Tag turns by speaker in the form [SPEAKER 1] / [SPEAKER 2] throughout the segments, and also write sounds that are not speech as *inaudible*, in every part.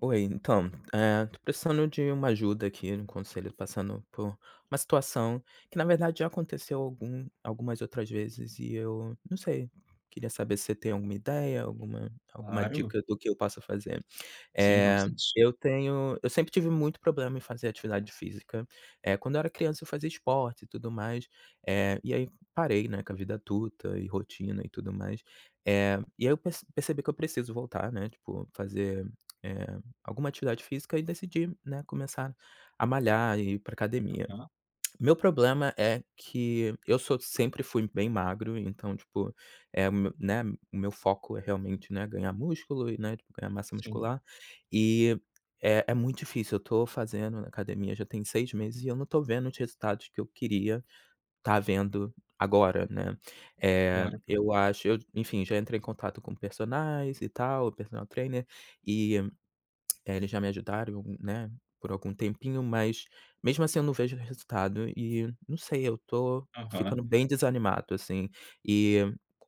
[SPEAKER 1] Oi, então, tô precisando de uma ajuda aqui, um conselho, passando por uma situação que na verdade já aconteceu algumas outras vezes e eu não sei, queria saber se você tem alguma ideia, alguma
[SPEAKER 2] Claro,
[SPEAKER 1] dica do que eu posso fazer.
[SPEAKER 2] sim, vamos
[SPEAKER 1] Eh,
[SPEAKER 2] a isso.
[SPEAKER 1] eu sempre tive muito problema em fazer atividade física. Eh, quando eu era criança eu fazia esporte e tudo mais, e aí parei, né, com a vida adulta e rotina e tudo mais. E aí eu percebi que eu preciso voltar, né, tipo, fazer, eh, alguma atividade física e decidi, né, começar a malhar e ir pra academia.
[SPEAKER 2] Aham,
[SPEAKER 1] Meu problema é que eu sou sempre fui bem magro, então, tipo, é o meu né, o meu foco é realmente, né, ganhar músculo e, né, tipo, ganhar massa
[SPEAKER 2] sim,
[SPEAKER 1] muscular. E é muito difícil, eu tô fazendo na academia já tem 6 meses e eu não tô vendo os resultados que eu queria estar vendo agora, né.
[SPEAKER 2] claro.
[SPEAKER 1] Eu acho eu, enfim, já entrei em contato com personais e tal, personal trainer, e eles já me ajudaram, né, por algum tempinho, mas mesmo assim eu não vejo resultado e não sei, eu tô
[SPEAKER 2] Aham,
[SPEAKER 1] ficando bem desanimado, assim. E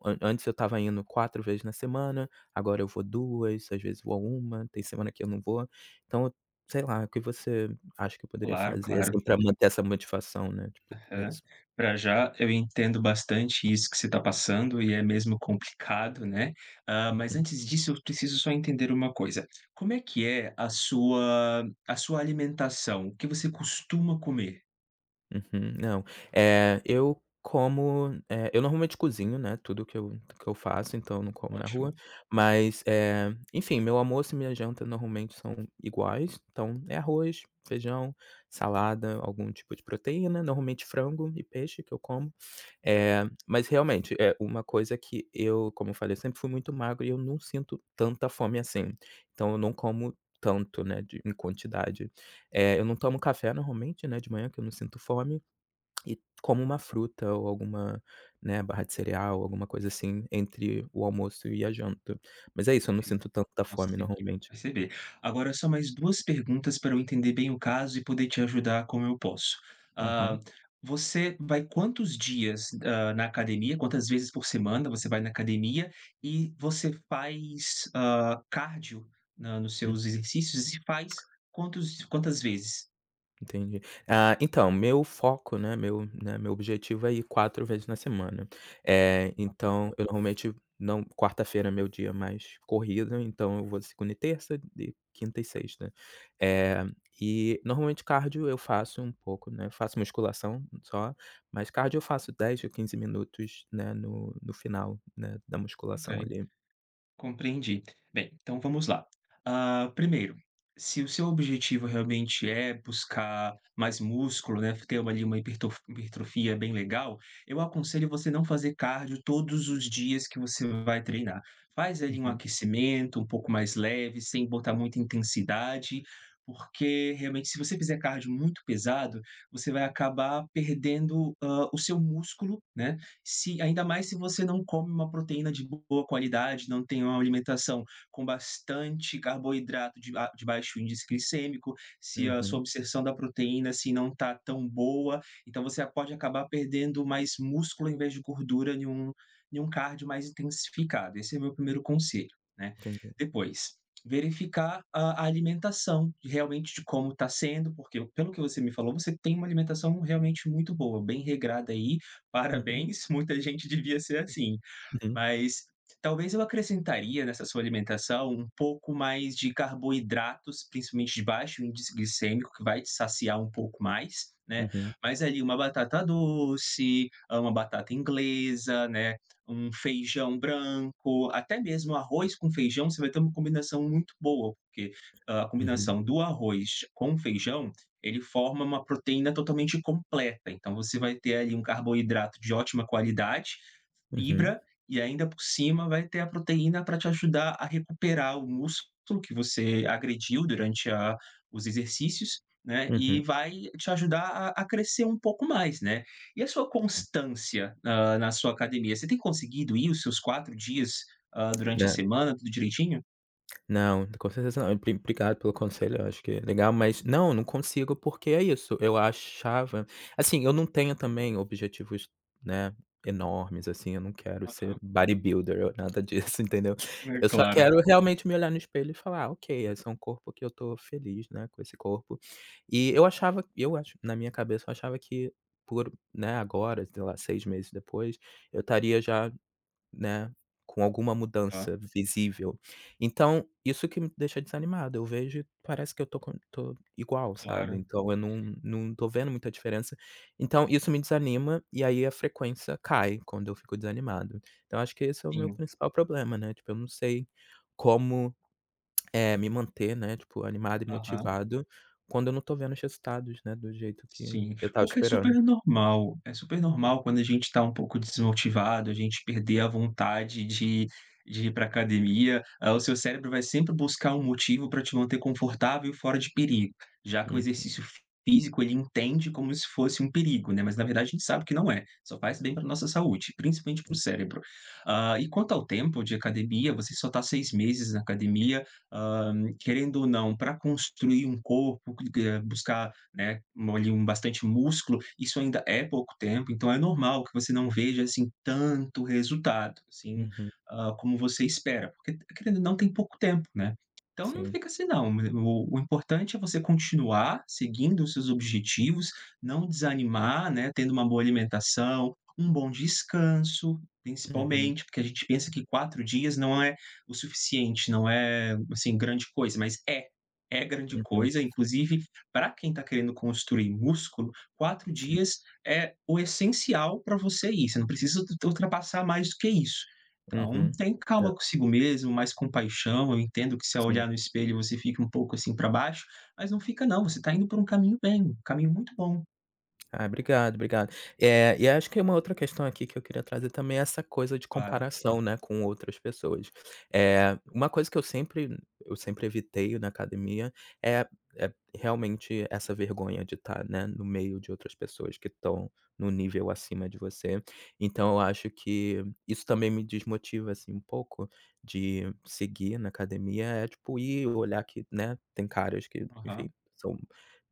[SPEAKER 1] an antes eu estava indo 4 vezes na semana, agora eu vou 2, às vezes vou uma. Tem semana que eu não vou. Então, sei lá, o que você acha que eu poderia
[SPEAKER 2] claro,
[SPEAKER 1] fazer,
[SPEAKER 2] claro.
[SPEAKER 1] assim, pra manter essa motivação, né, tipo, é
[SPEAKER 2] Aham.
[SPEAKER 1] isso?
[SPEAKER 2] Pra já, eu entendo bastante isso que você está passando e é mesmo complicado, né. Ah, mas
[SPEAKER 1] Uhum.
[SPEAKER 2] antes disso, eu preciso só entender uma coisa, como é que é a sua alimentação? O que você costuma comer?
[SPEAKER 1] Uhum. Não, eu como, eu normalmente cozinho, né, tudo que eu faço, então eu não como na rua,
[SPEAKER 2] Ótimo.
[SPEAKER 1] mas, enfim, meu almoço e minha janta normalmente são iguais, então é arroz, feijão, salada, algum tipo de proteína, normalmente frango e peixe que eu como. Eh, mas realmente, é uma coisa que eu, como eu falei, sempre fui muito magro e eu não sinto tanta fome assim, então eu não como tanto, né, de em quantidade. Eu não tomo café normalmente, né, de manhã que eu não sinto fome. E como uma fruta ou alguma, né, barra de cereal, alguma coisa assim, entre o almoço e a janta. Mas é isso, eu não sinto tanta fome
[SPEAKER 2] Consegui
[SPEAKER 1] normalmente.
[SPEAKER 2] perceber. Agora só mais 2 perguntas para eu entender bem o caso e poder te ajudar como eu posso.
[SPEAKER 1] Uhum.
[SPEAKER 2] Ah,
[SPEAKER 1] Uhum.
[SPEAKER 2] você vai quantos dias, na academia? Quantas vezes por semana você vai na academia? E você faz, cardio na nos seus exercícios? E faz, quantos quantas vezes?
[SPEAKER 1] Entendi. Ah, então, meu foco, né, meu objetivo é ir 4 vezes na semana. É, então eu normalmente não, quarta-feira é meu dia mais corrido, então eu vou segunda e terça, de quinta e sexta. É, e normalmente cardio eu faço um pouco, né, faço musculação só, mas cardio eu faço 10 ou 15 minutos, né, no final, né, da
[SPEAKER 2] Ok.
[SPEAKER 1] musculação ali.
[SPEAKER 2] Compreendi. Bem, então vamos lá. Ah, primeiro, se o seu objetivo realmente é buscar mais músculo, né, ter uma ali uma hipertrofia bem legal, eu aconselho você não fazer cardio todos os dias que você vai treinar. Faz ali um
[SPEAKER 1] Uhum,
[SPEAKER 2] aquecimento um pouco mais leve, sem botar muita intensidade, porque realmente se você fizer cardio muito pesado, você vai acabar perdendo, o seu músculo, né, se ainda mais se você não come uma proteína de boa qualidade, não tem uma alimentação com bastante carboidrato de baixo índice glicêmico, se a sua
[SPEAKER 1] uhum,
[SPEAKER 2] absorção da proteína se não está tão boa, então você pode acabar perdendo mais músculo em vez de gordura em um cardio mais intensificado. Esse é meu primeiro conselho, né?
[SPEAKER 1] entendi.
[SPEAKER 2] Depois verificar a realmente de como está sendo, porque pelo que você me falou, você tem uma alimentação realmente muito boa, bem regrada aí,
[SPEAKER 1] Uhum,
[SPEAKER 2] parabéns, *laughs* muita gente devia ser assim.
[SPEAKER 1] uhum,
[SPEAKER 2] Mas talvez eu acrescentaria nessa sua alimentação um pouco mais de carboidratos, principalmente de baixo índice glicêmico, que vai te saciar um pouco mais, né?
[SPEAKER 1] uhum,
[SPEAKER 2] Mas ali uma batata doce, ah, uma batata inglesa, né? Um feijão branco, até mesmo arroz com feijão, você vai ter uma combinação muito boa, porque ah, a
[SPEAKER 1] uhum,
[SPEAKER 2] combinação do arroz com feijão ele forma uma proteína totalmente completa. Então você vai ter ali um carboidrato de ótima qualidade,
[SPEAKER 1] uhum,
[SPEAKER 2] fibra, e ainda por cima vai ter a proteína para te ajudar a recuperar o músculo que você agrediu os exercícios, né?
[SPEAKER 1] uhum,
[SPEAKER 2] E
[SPEAKER 1] uhum,
[SPEAKER 2] vai te ajudar crescer um pouco mais, né? E a sua
[SPEAKER 1] sim.
[SPEAKER 2] constância ah, na sua academia? Você tem conseguido ir os seus 4 dias ah, durante a
[SPEAKER 1] Né?
[SPEAKER 2] semana, tudo direitinho?
[SPEAKER 1] Não, com certeza não. Obrigado pelo conselho, eu acho que é legal, mas não, não consigo, porque é isso, eu achava assim, eu não tenho também objetivos, né, enormes, assim, eu não quero ser
[SPEAKER 2] Aham.
[SPEAKER 1] bodybuilder ou nada disso, *laughs* entendeu.
[SPEAKER 2] É,
[SPEAKER 1] Eu só
[SPEAKER 2] claro,
[SPEAKER 1] quero realmente me olhar no espelho e falar: "Ah, ok, esse é um corpo que eu tô feliz, né, com esse corpo". E eu acho na minha cabeça, eu achava que por, né, agora, sei lá, 6 meses depois, eu estaria já, né, com alguma
[SPEAKER 2] tá,
[SPEAKER 1] mudança visível. Então, isso que me deixa desanimado, eu vejo e parece que eu tô igual, sabe,
[SPEAKER 2] claro,
[SPEAKER 1] então eu não tô vendo muita diferença. Então isso me desanima, e aí a frequência cai quando eu fico desanimado. Então acho que esse é o meu
[SPEAKER 2] sim.
[SPEAKER 1] principal problema, né, tipo, eu não sei como, é me manter, né, tipo, animado e
[SPEAKER 2] Aham.
[SPEAKER 1] motivado quando eu não tô vendo os resultados, né, do jeito que
[SPEAKER 2] Sim,
[SPEAKER 1] eu tava
[SPEAKER 2] o que
[SPEAKER 1] esperando.
[SPEAKER 2] é super normal quando a gente está um pouco desmotivado, a gente perder a vontade de ir para academia, ah, o seu cérebro vai sempre buscar um motivo para te manter confortável e fora de perigo, já que o
[SPEAKER 1] Hum,
[SPEAKER 2] exercício físico ele entende como se fosse um perigo, né, mas na verdade a gente sabe que não é, só faz bem para nossa saúde, principalmente para o cérebro. Ah, e quanto ao tempo de academia, você só está 6 meses na academia, hã, querendo ou não, para construir um corpo, buscar né, um ali, um bastante músculo, isso ainda é pouco tempo, então é normal que você não veja, assim, tanto resultado, assim,
[SPEAKER 1] uhum,
[SPEAKER 2] como você espera, porque querendo ou não tem pouco tempo, né. Então não
[SPEAKER 1] sim.
[SPEAKER 2] fica assim não, o importante é você continuar seguindo os seus objetivos, não desanimar, né, tendo uma boa alimentação, um bom descanso,
[SPEAKER 1] Uhum,
[SPEAKER 2] principalmente, porque a gente pensa que 4 dias não é o suficiente, não é, assim, grande coisa, mas é, é grande
[SPEAKER 1] uhum,
[SPEAKER 2] coisa, inclusive para quem está querendo construir músculo, quatro
[SPEAKER 1] sim,
[SPEAKER 2] dias é o essencial para você ir. Você não precisa ultrapassar mais do que isso. Então,
[SPEAKER 1] uhum.
[SPEAKER 2] tem
[SPEAKER 1] Né?
[SPEAKER 2] calma consigo mesmo, mais compaixão. Eu entendo que se ao
[SPEAKER 1] Sim.
[SPEAKER 2] olhar no espelho você fica um pouco assim para baixo, mas não fica não. Você está indo por um caminho bem, um caminho muito bom,
[SPEAKER 1] Ah, obrigado, obrigado. E acho que uma outra questão aqui que eu queria trazer também é essa coisa de
[SPEAKER 2] claro.
[SPEAKER 1] comparação, né, com outras pessoas. É uma coisa que eu sempre evitei na academia, é realmente essa vergonha de estar, né, no meio de outras pessoas que estão no nível acima de você. Então eu acho que isso também me desmotiva, assim, um pouco de seguir na academia, é tipo ir olhar que, né, tem caras que, enfim,
[SPEAKER 2] Aham.
[SPEAKER 1] são.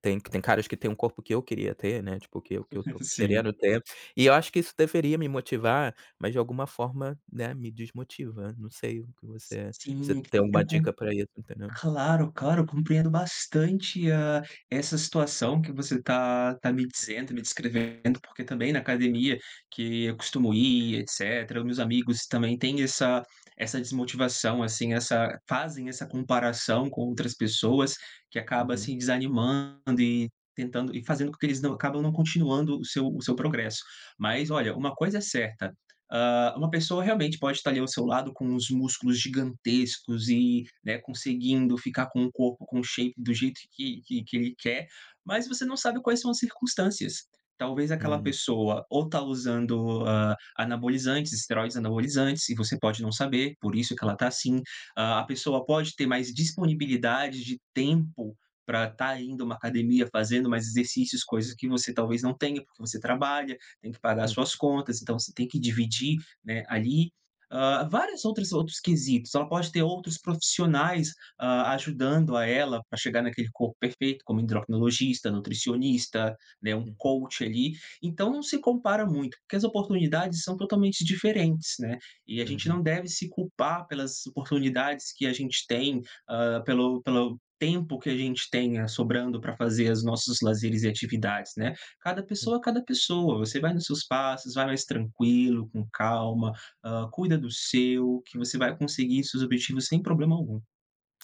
[SPEAKER 1] Tem caras que têm um corpo que eu queria ter, né, tipo, que eu tô
[SPEAKER 2] *laughs* Sim.
[SPEAKER 1] querendo ter, e eu acho que isso deveria me motivar, mas de alguma forma, né, me desmotiva, não sei o que você, você
[SPEAKER 2] Sim,
[SPEAKER 1] tem
[SPEAKER 2] eu
[SPEAKER 1] alguma dica pra isso, entendeu?
[SPEAKER 2] Claro, claro, compreendo bastante, ah, essa situação que você tá me dizendo, me descrevendo, porque também na academia que eu costumo ir, etcétera, os meus amigos também têm essa desmotivação, assim, essa fazem essa comparação com outras pessoas, que acaba,
[SPEAKER 1] Uhum.
[SPEAKER 2] assim, desanimando e tentando e fazendo com que eles não acabam não continuando o seu progresso. Mas olha, uma coisa é certa, ah, uma pessoa realmente pode estar ali ao seu lado com os músculos gigantescos e, né, conseguindo ficar com o corpo, com o shape do jeito que ele quer, mas você não sabe quais são as circunstâncias. Talvez aquela
[SPEAKER 1] Hum.
[SPEAKER 2] pessoa ou está usando ah, anabolizantes, esteroides anabolizantes, e você pode não saber, por isso que ela está assim. Ah, a pessoa pode ter mais disponibilidade de tempo para estar indo a uma academia fazendo mais exercícios, coisas que você talvez não tenha, porque você trabalha tem que pagar
[SPEAKER 1] Hum,
[SPEAKER 2] suas contas, então você tem que dividir, né, ali. Ah, várias outras outros quesitos. Ela pode ter outros profissionais, ah, ajudando a ela para chegar naquele corpo perfeito, como endocrinologista, nutricionista, né, um
[SPEAKER 1] uhum,
[SPEAKER 2] coach ali. Então não se compara muito, porque as oportunidades são totalmente diferentes, né? E a gente
[SPEAKER 1] uhum,
[SPEAKER 2] não deve se culpar pelas oportunidades que a gente tem, ah, pelo tempo que a gente tenha sobrando para fazer os nossos lazeres e atividades, né? Cada
[SPEAKER 1] hum.
[SPEAKER 2] pessoa, é cada pessoa. Você vai nos seus passos, vai mais tranquilo, com calma, cuida do seu, que você vai conseguir seus objetivos sem problema algum.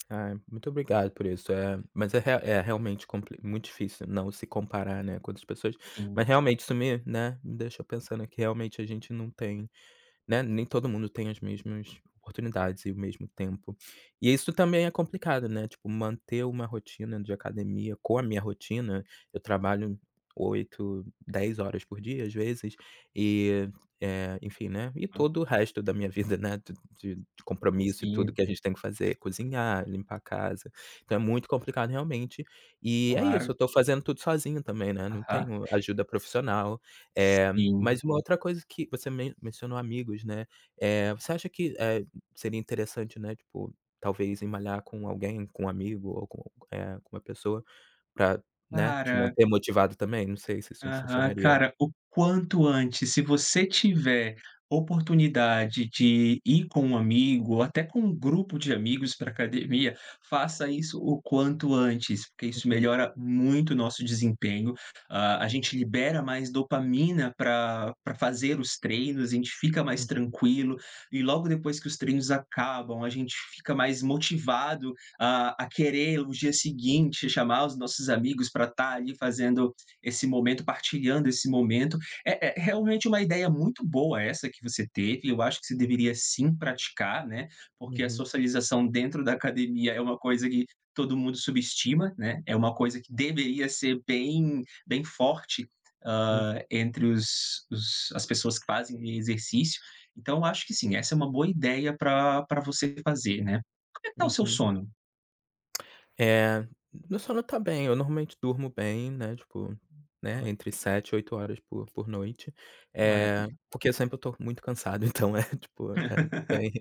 [SPEAKER 1] Ai, muito obrigado por isso, é, mas é rea é realmente compli muito difícil não se comparar, né, com outras pessoas, mas
[SPEAKER 2] Sim,
[SPEAKER 1] realmente isso me, né, me deixou pensando que realmente a gente não tem, né, nem todo mundo tem as mesmas oportunidades e o mesmo tempo. E isso também é complicado, né, tipo, manter uma rotina de academia com a minha rotina, eu trabalho 8 10 horas por dia, às vezes, e, enfim, né, e
[SPEAKER 2] hã,
[SPEAKER 1] todo o resto da minha *laughs* vida, né, de compromisso e tudo
[SPEAKER 2] sim,
[SPEAKER 1] que a gente tem que fazer, cozinhar, limpar a casa, então é muito complicado realmente. E é
[SPEAKER 2] claro.
[SPEAKER 1] isso, eu tô fazendo tudo sozinho também, né, não
[SPEAKER 2] Aham.
[SPEAKER 1] tenho ajuda profissional. eh
[SPEAKER 2] Sim.
[SPEAKER 1] mas uma outra coisa que você mencionou, amigos, né, você acha que, seria interessante, né, tipo, talvez malhar com alguém, com um amigo ou com, com uma pessoa pra, né, te
[SPEAKER 2] Cara
[SPEAKER 1] manter motivado também? Não sei se isso
[SPEAKER 2] Aham.
[SPEAKER 1] funcionaria.
[SPEAKER 2] Cara, o quanto antes, se você tiver oportunidade de ir com um amigo ou até com um grupo de amigos para academia, faça isso o quanto antes, porque isso
[SPEAKER 1] Uhum,
[SPEAKER 2] melhora muito o nosso desempenho. Ah, a gente libera mais dopamina para fazer os treinos, a gente fica mais
[SPEAKER 1] uhum,
[SPEAKER 2] tranquilo e logo depois que os treinos acabam, a gente fica mais motivado a querer o dia seguinte, chamar os nossos amigos para estar ali fazendo esse momento, partilhando esse momento. É realmente uma ideia muito boa essa que você teve. Eu acho que você deveria sim praticar, né? Porque a
[SPEAKER 1] uhum,
[SPEAKER 2] socialização dentro da academia é uma coisa que todo mundo subestima, né? É uma coisa que deveria ser bem, bem forte
[SPEAKER 1] uhum,
[SPEAKER 2] ah, entre as pessoas que fazem exercício. Então, eu acho que sim, essa é uma boa ideia para você fazer, né? Como é que tá o seu
[SPEAKER 1] uhum.
[SPEAKER 2] sono?
[SPEAKER 1] É, meu sono tá bem, eu normalmente durmo bem, né, tipo, né,
[SPEAKER 2] Ah,
[SPEAKER 1] entre 7 e 8 horas por noite, é
[SPEAKER 2] maravilha.
[SPEAKER 1] porque sempre eu tô muito cansado, então é *laughs* tipo, é bem,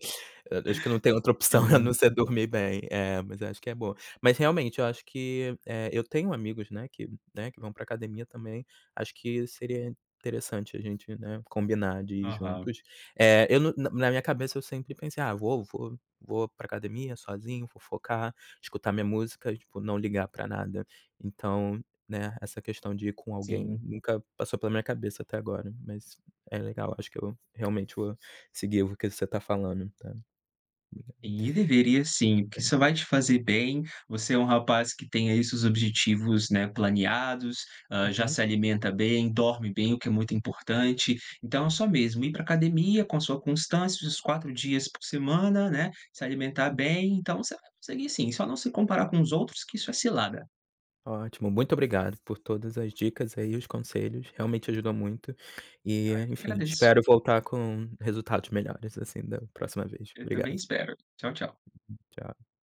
[SPEAKER 1] eu acho que não tem outra opção *laughs* a não
[SPEAKER 2] Sim.
[SPEAKER 1] ser dormir bem, é, mas acho que é bom. Mas realmente eu acho que, eu tenho amigos, né, que, né, que vão pra academia também, acho que seria interessante a gente, né, combinar de ir
[SPEAKER 2] Aham.
[SPEAKER 1] juntos. Eu não Na na minha cabeça eu sempre pensei: "Ah, vou pra academia sozinho, vou focar, escutar minha música e, tipo, não ligar pra nada". Então, né, essa questão de ir com alguém
[SPEAKER 2] Sim.
[SPEAKER 1] nunca passou pela minha cabeça até agora, mas é legal, acho que eu realmente vou seguir o que você tá falando, tá.
[SPEAKER 2] E deveria sim, porque
[SPEAKER 1] É.
[SPEAKER 2] isso vai te fazer bem. Você é um rapaz que tem aí seus objetivos, né, planeados, já
[SPEAKER 1] Uhum.
[SPEAKER 2] se alimenta bem, dorme bem, o que é muito importante. Então é só mesmo ir para academia com a sua constância, os 4 dias por semana, né, se alimentar bem, então você vai conseguir sim, só não se comparar com os outros que isso é cilada,
[SPEAKER 1] Ótimo, muito obrigado por todas as dicas aí, os conselhos, realmente ajudou muito e,
[SPEAKER 2] tá? Eu que
[SPEAKER 1] enfim,
[SPEAKER 2] agradeço.
[SPEAKER 1] espero voltar com resultados melhores, assim, da próxima vez.
[SPEAKER 2] Eu também
[SPEAKER 1] Obrigado,
[SPEAKER 2] espero. Tchau, tchau.
[SPEAKER 1] tchau.